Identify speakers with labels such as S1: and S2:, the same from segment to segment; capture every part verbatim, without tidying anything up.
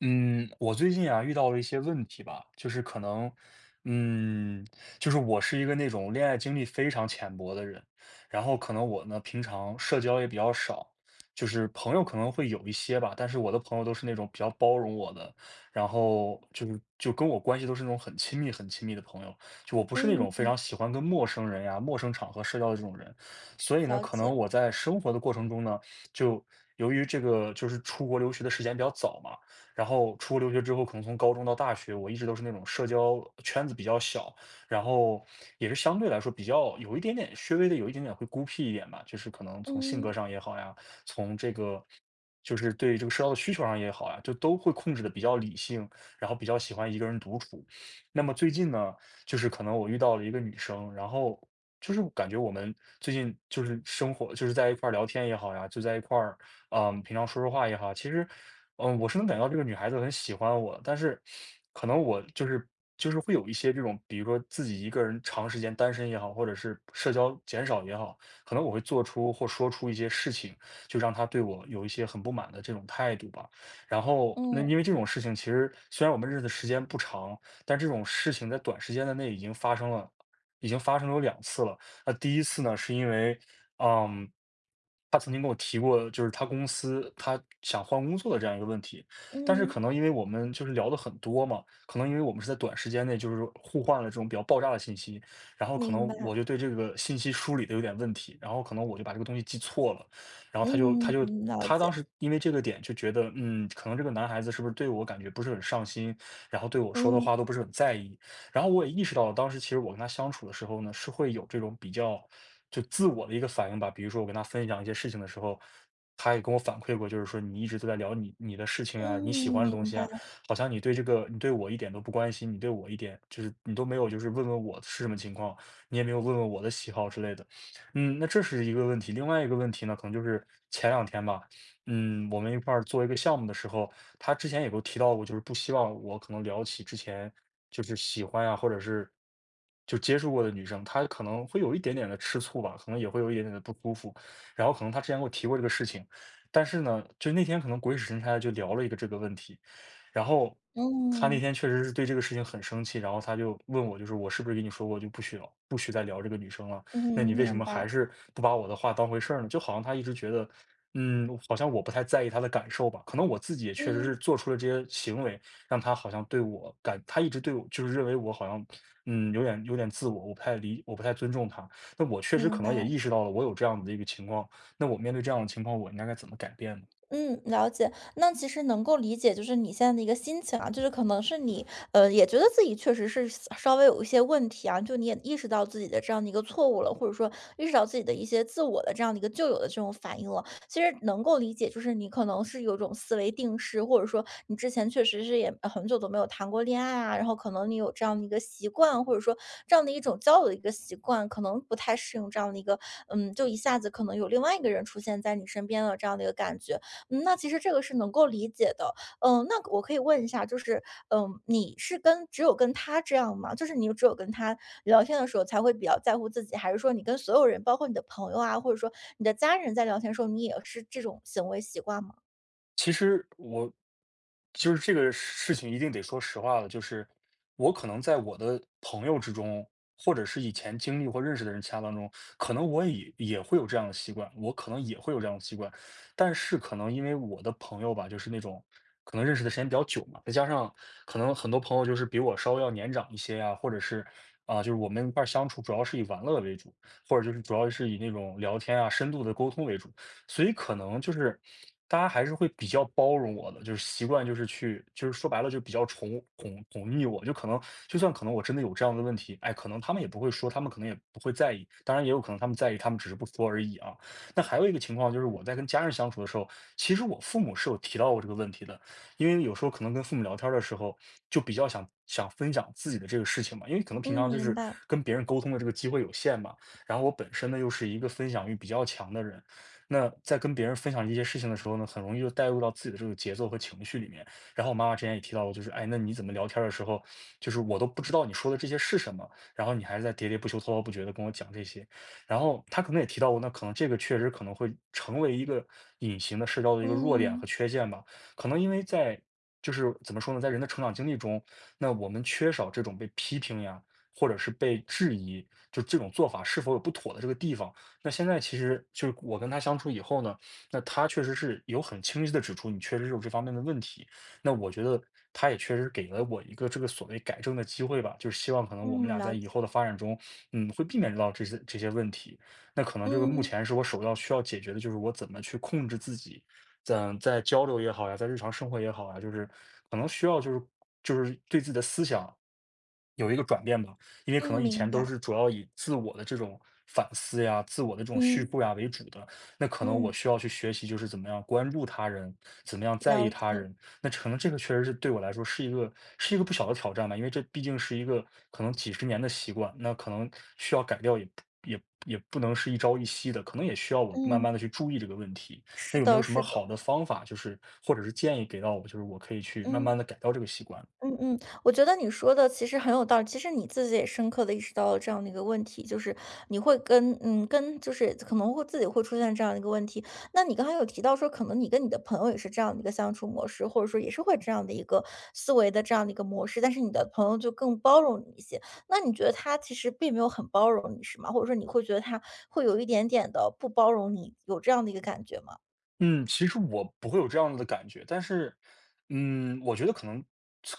S1: 嗯，我最近啊遇到了一些问题吧，就是可能，嗯，就是我是一个那种恋爱经历非常浅薄的人，然后可能我呢平常社交也比较少，就是朋友可能会有一些吧，但是我的朋友都是那种比较包容我的，然后就是就跟我关系都是那种很亲密很亲密的朋友，就我不是那
S2: 嗯，
S1: 种非常喜欢跟陌生人呀、陌生场合社交的这种人，所以呢，
S2: 了
S1: 可
S2: 解。
S1: 能我在生活的过程中呢，就由于这个就是出国留学的时间比较早嘛。然后出国留学之后，可能从高中到大学，我一直都是那种社交圈子比较小，然后也是相对来说比较有一点点，稍微的有一点点会孤僻一点吧，就是可能从性格
S2: 嗯，
S1: 上也好呀，从这个就是对这个社交的需求上也好呀，就都会控制的比较理性，然后比较喜欢一个人独处。那么最近呢，就是可能我遇到了一个女生，然后就是感觉我们最近就是生活，就是在一块儿聊天也好呀，就在一块儿，嗯，平常说说话也好，其实嗯，我是能感觉到这个女孩子很喜欢我，但是可能我就是就是会有一些这种，比如说自己一个人长时间单身也好，或者是社交减少也好，可能我会做出或说出一些事情，就让她对我有一些很不满的这种态度吧。然后那
S2: 嗯，
S1: 因为这种事情，其实虽然我们认识的时间不长，但这种事情在短时间的内已经发生了。已经发生了有两次了。那第一次呢，是因为嗯，他曾经跟我提过，就是他公司他想换工作的这样一个问题，但是可
S2: 嗯，
S1: 能因为我们就是聊的很多嘛，可能因为我们是在短时间内就是互换了这种比较爆炸的信息，然后可
S2: 明
S1: 能
S2: 白。
S1: 我就对这个信息梳理的有点问题，然后可能我就把这个东西记错了，然后他就
S2: 嗯，
S1: 他就
S2: 了
S1: 他当
S2: 解。
S1: 时因为这个点就觉得，嗯，可能这个男孩子是不是对我感觉不是很上心，然后对我说的
S2: 嗯，
S1: 话都不是很在意，然后我也意识到了，当时其实我跟他相处的时候呢，是会有这种比较就自我的一个反应吧。比如说我跟他分享一些事情的时候，他也跟我反馈过，就是说你一直都在聊你你的事情啊，你喜
S2: 嗯，
S1: 欢的东
S2: 明
S1: 西
S2: 白。
S1: 啊，好像你对这个你对我一点都不关心，你对我一点就是你都没有就是问问我是什么情况，你也没有问问我的喜好之类的。嗯，那这是一个问题。另外一个问题呢，可能就是前两天吧，嗯，我们一块儿做一个项目的时候。他之前也给我提到过，就是不希望我可能聊起之前就是喜欢啊，或者是就接触过的女生，她可能会有一点点的吃醋吧，可能也会有一点点的不舒服。然后可能他之前给我提过这个事情，但是呢，就那天可能鬼使神差地就聊了一个这个问题，然后他那
S2: 嗯，
S1: 天确实是对这个事情很生气，然后他就问我，就是我是不是跟你说过就不许聊不许再聊这个女生了？
S2: 嗯，
S1: 那你为什
S2: 明
S1: 么还
S2: 白。
S1: 是不把我的话当回事儿呢？就好像他一直觉得，嗯，好像我不太在意他的感受吧。可能我自己也确实
S2: 嗯，
S1: 是做出了这些行为，让他好像对我感，他一直对我就是认为我好像，嗯，有点有点自我，我不太理，我不太尊重他。那我确实
S2: 明
S1: 可能也
S2: 白。
S1: 意识到了我有这样子的一个情况，那我面对这样的情况，我应该该怎么改变呢？
S2: 嗯，了解。那其实能够理解，就是你现在的一个心情啊，就是可能是你，呃，也觉得自己确实是稍微有一些问题啊，就你也意识到自己的这样的一个错误了，或者说意识到自己的一些自我的这样的一个旧有的这种反应了。其实能够理解，就是你可能是有一种思维定式，或者说你之前确实是也呃很久都没有谈过恋爱啊，然后可能你有这样的一个习惯，或者说这样的一种交友的一个习惯，可能不太适应这样的一个，嗯，就一下子可能有另外一个人出现在你身边的这样的一个感觉。嗯，那其实这个是能够理解的。嗯，那我可以问一下，就是，嗯，你是跟只有跟他这样吗？就是你只有跟他聊天的时候才会比较在乎自己，还是说你跟所有人，包括你的朋友啊，或者说你的家人在聊天的时候，你也是这种行为习惯吗？
S1: 其实我就是这个事情一定得说实话了，就是我可能在我的朋友之中，或者是以前经历或认识的人其他当中，可能我也也会有这样的习惯，我可能也会有这样的习惯，但是可能因为我的朋友吧，就是那种可能认识的时间比较久嘛，再加上可能很多朋友就是比我稍微要年长一些呀、或者是啊、就是我们一块儿相处主要是以玩乐为主，或者就是主要是以那种聊天啊、深度的沟通为主。所以可能就是大家还是会比较包容我的，就是习惯就是去，就是说白了就比较宠宠宠溺我，就可能就算可能我真的有这样的问题，哎，可能他们也不会说，他们可能也不会在意，当然也有可能他们在意，他们只是不说而已啊。那还有一个情况就是我在跟家人相处的时候，其实我父母是有提到过这个问题的，因为有时候可能跟父母聊天儿的时候，就比较想想分享自己的这个事情嘛，因为可能平
S2: 嗯，
S1: 常就
S2: 明
S1: 是
S2: 白。
S1: 跟别人沟通的这个机会有限嘛，然后我本身呢又是一个分享欲比较强的人，那在跟别人分享这些事情的时候呢，很容易就带入到自己的这个节奏和情绪里面。然后我妈妈之前也提到过，就是哎，那你怎么聊天儿的时候，就是我都不知道你说的这些是什么，然后你还是在喋喋不休、滔滔不绝的跟我讲这些。然后她可能也提到过，那可能这个确实可能会成为一个隐形的社交的一个弱点和
S2: 嗯，
S1: 缺陷吧。可能因为在就是怎么说呢，在人的成长经历中，那我们缺少这种被批评呀，或者是被质疑，就这种做法是否有不妥的这个地方。那现在其实就是我跟他相处以后呢，那他确实是有很清晰的指出你确实有这方面的问题，那我觉得他也确实给了我一个这个所谓改正的机会吧，就是希望可能我们
S2: 嗯，
S1: 俩在
S2: 了
S1: 以后
S2: 解。
S1: 的发展中，嗯，会避免到这些这些问题。那可能这个目
S2: 嗯，
S1: 前是我首要需要解决的，就是我怎么去控制自己，在在交流也好呀，在日常生活也好呀，就是可能需要就是就是对自己的思想有一个转变吧。因为可
S2: 嗯，
S1: 能以
S2: 明
S1: 前都
S2: 白。
S1: 是主要以自我的这种反思呀、自我的这种叙
S2: 嗯，
S1: 述呀为主的，那可能我
S2: 嗯，
S1: 需要去学习，就是怎么样关注他人，怎么样在意
S2: 了
S1: 他
S2: 解。
S1: 人。那可能这个确实是对我来说是一个是一个不小的挑战吧，因为这毕竟是一个可能几十年的习惯，那可能需要改掉也不也也不能是一朝一夕的，可能也需要我慢
S2: 嗯，
S1: 慢的去注意这个问题。
S2: 是
S1: 那有没
S2: 的，
S1: 有什
S2: 是
S1: 么
S2: 的。
S1: 好的方法，就是或者是建议给到我，就是我可以去慢
S2: 嗯。
S1: 慢的改掉这个习惯？
S2: 嗯嗯，我觉得你说的其实很有道理。其实你自己也深刻的意识到了这样的一个问题，就是你会跟嗯，跟就是可能会自己会出现这样的一个问题。那你刚才有提到说，可能你跟你的朋友也是这样的一个相处模式，或者说也是会这样的一个思维的这样的一个模式，但是你的朋友就更包容你一些。那你觉得他其实并没有很包容你，是吗？或者说你会觉得他会有一点点的不包容你，有这样的一个感觉吗？
S1: 嗯，其实我不会有这样的感觉，但是，嗯，我觉得可能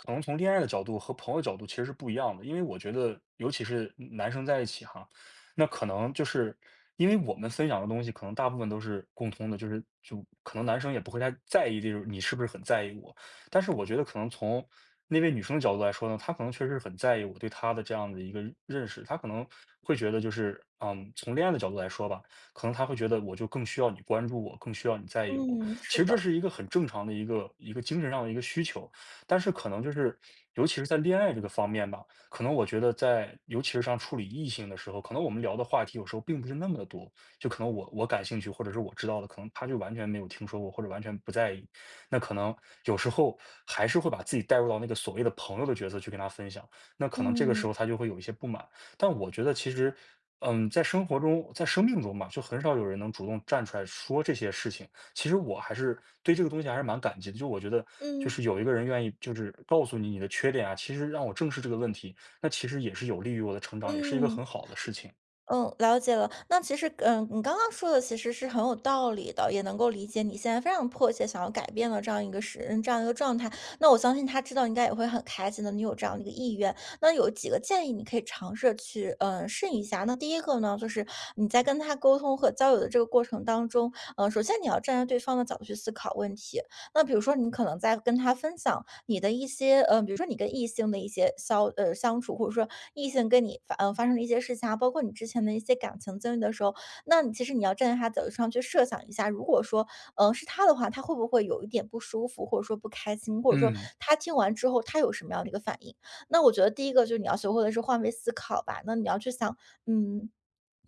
S1: 可能从恋爱的角度和朋友角度其实是不一样的，因为我觉得，尤其是男生在一起哈，那可能就是因为我们分享的东西，可能大部分都是共通的，就是就可能男生也不会太在意这种你是不是很在意我，但是我觉得可能从那位女生的角度来说呢，她可能确实很在意我对她的这样的一个认识，她可能会觉得就是，嗯，从恋爱的角度来说吧。可能他会觉得我就更需要你关注我，更需要你在意我。
S2: 嗯，
S1: 其
S2: 是
S1: 实这
S2: 的，
S1: 是一个很正常的一个一个精神上的一个需求，但是可能就是尤其是在恋爱这个方面吧，可能我觉得在尤其是像处理异性的时候，可能我们聊的话题有时候并不是那么的多，就可能我我感兴趣或者是我知道的，可能他就完全没有听说过或者完全不在意，那可能有时候还是会把自己带入到那个所谓的朋友的角色去跟他分享，那可能这个时
S2: 嗯
S1: 候他就会有一些不满。但我觉得其实，嗯，在生活中，在生命中嘛，就很少有人能主动站出来说这些事情。其实我还是对这个东西还是蛮感激的，就我觉得，就
S2: 嗯
S1: 是有一个人愿意就是告诉你你的缺点啊，其实让我正视这个问题，那其实也是有利于我的成长，也是一个
S2: 嗯。
S1: 很好的事情。
S2: 嗯，了解了。那其实，嗯，你刚刚说的其实是很有道理的，也能够理解你现在非常迫切想要改变的这样一个时，嗯这样一个状态。那我相信他知道应该也会很开心的，你有这样的一个意愿。那有几个建议你可以尝试去，嗯，试一下。那第一个呢，就是你在跟他沟通和交友的这个过程当中，嗯，首先你要站在对方的角度去思考问题，那比如说你可能在跟他分享你的一些，呃，比如说你跟异性的一些相呃，相处，或者说异性跟你发嗯发生的一些事情啊，包括你之前的一些感情经历的时候，那你其实你要站在他角度上去设想一下，如果说，嗯是他的话，他会不会有一点不舒服，或者说不开心，或者说
S1: 嗯
S2: 他听完之后他有什么样的一个反应？那我觉得第一个就是你要学会的是换位思考吧，那你要去想，嗯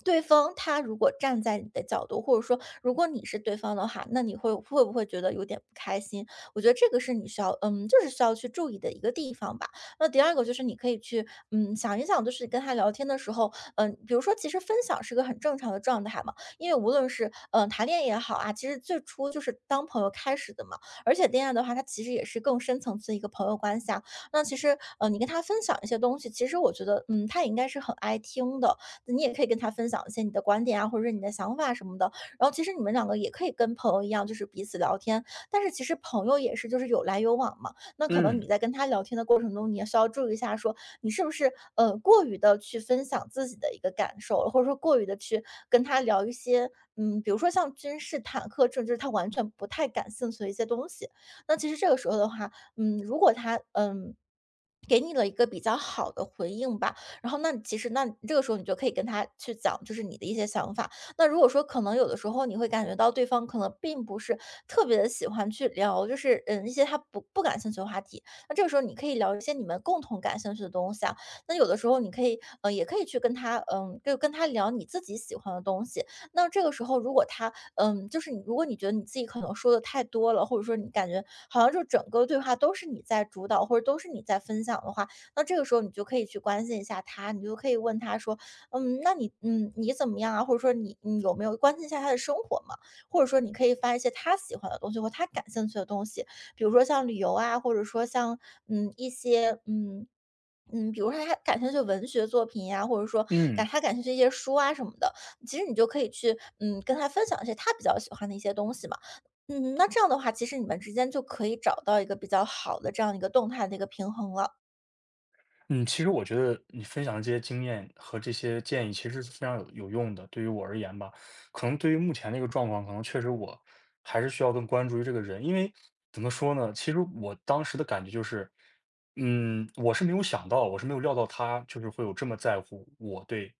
S2: 对方他如果站在你的角度，或者说如果你是对方的话，那你会会不会觉得有点不开心？我觉得这个是你需要，嗯，就是需要去注意的一个地方吧。那第二个就是你可以去，嗯，想一想，就是跟他聊天的时候，嗯，比如说其实分享是个很正常的状态嘛，因为无论是嗯、呃谈恋爱也好啊，其实最初就是当朋友开始的嘛，而且恋爱的话，它其实也是更深层次的一个朋友关系啊。那其实，呃，你跟他分享一些东西，其实我觉得，嗯，他也应该是很爱听的，你也可以跟他分享一些你的观点啊，或者是你的想法什么的。然后其实你们两个也可以跟朋友一样，就是彼此聊天。但是其实朋友也是就是有来有往嘛，那可能你
S1: 嗯
S2: 在跟他聊天的过程中，你也需要注意一下说，你是不是呃过于的去分享自己的一个感受，或者说过于的去跟他聊一些嗯，比如说像军事、坦克这种，就是他完全不太感兴趣的一些东西。那其实这个时候的话，嗯，如果他嗯。给你了一个比较好的回应吧，然后那其实那这个时候你就可以跟他去讲，就是你的一些想法。那如果说可能有的时候你会感觉到对方可能并不是特别的喜欢去聊，就是嗯一些他不不感兴趣的话题，那这个时候你可以聊一些你们共同感兴趣的东西啊。那有的时候你可以呃也可以去跟他嗯就跟他聊你自己喜欢的东西。那这个时候如果他嗯就是你如果你觉得你自己可能说的太多了，或者说你感觉好像就整个对话都是你在主导，或者都是你在分享的话，那这个时候你就可以去关心一下他，你就可以问他说：“嗯，那你嗯，你怎么样啊？”或者说你你有没有关心一下他的生活嘛？或者说你可以发一些他喜欢的东西或他感兴趣的东西，比如说像旅游啊，或者说像嗯一些嗯。嗯，比如说他感兴趣的文学作品呀、或者说感
S1: 嗯。
S2: 他感兴趣一些书啊什么的，其实你就可以去嗯跟他分享一些他比较喜欢的一些东西嘛。嗯，那这样的话，其实你们之间就可以找到一个比较好的这样一个动态的一个平衡了。
S1: 嗯，其实我觉得你分享的这些经验和这些建议其实是非常有有用的，对于我而言吧，可能对于目前这个状况，可能确实我还是需要更关注于这个人，因为怎么说呢？其实我当时的感觉就是，嗯，我是没有想到，我是没有料到他就是会有这么在乎我对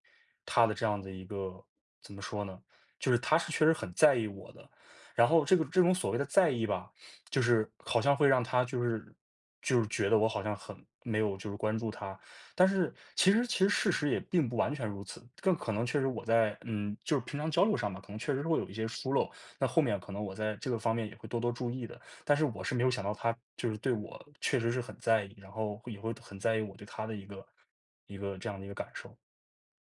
S1: 他的这样的一个怎么说呢？就是他是确实很在意我的，然后这个这种所谓的在意吧，就是好像会让他就是就是觉得我好像很没有就是关注他，但是其实其实事实也并不完全如此，更可能确实我在嗯就是平常交流上吧，可能确实会有一些疏漏，那后面可能我在这个方面也会多多注意的，但是我是没有想到他就是对我确实是很在意，然后也会很在意我对他的一个一个这样的一个感受，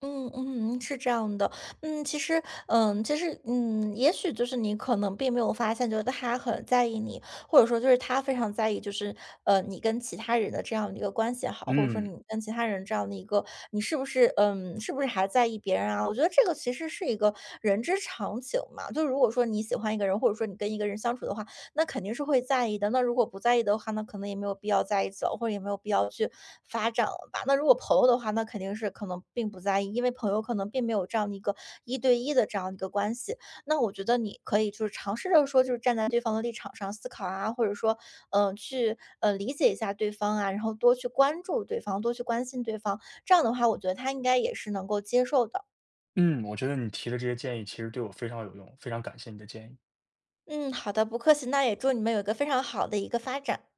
S2: 嗯嗯，是这样的，嗯，其实，嗯，其实，嗯，也许就是你可能并没有发现，觉得他很在意你，或者说就是他非常在意，就是呃，你跟其他人的这样的一个关系也好，或者说你
S1: 嗯
S2: 跟其他人这样的一个，你是不是，嗯，是不是还在意别人啊？我觉得这个其实是一个人之常情嘛，就如果说你喜欢一个人，或者说你跟一个人相处的话，那肯定是会在意的。那如果不在意的话，那可能也没有必要在一起了，或者也没有必要去发展了吧。那如果朋友的话，那肯定是可能并不在意，因为朋友可能并没有这样的一个一对一的这样的一个关系。那我觉得你可以就是尝试着说，就是站在对方的立场上思考啊，或者说，嗯、去呃理解一下对方啊，然后多去关注对方，多去关心对方。这样的话，我觉得他应该也是能够接受的。
S1: 嗯，我觉得你提的这些建议其实对我非常有用，非常感谢你的建议。
S2: 嗯，好的，不客气。那也祝你们有一个非常好的一个发展。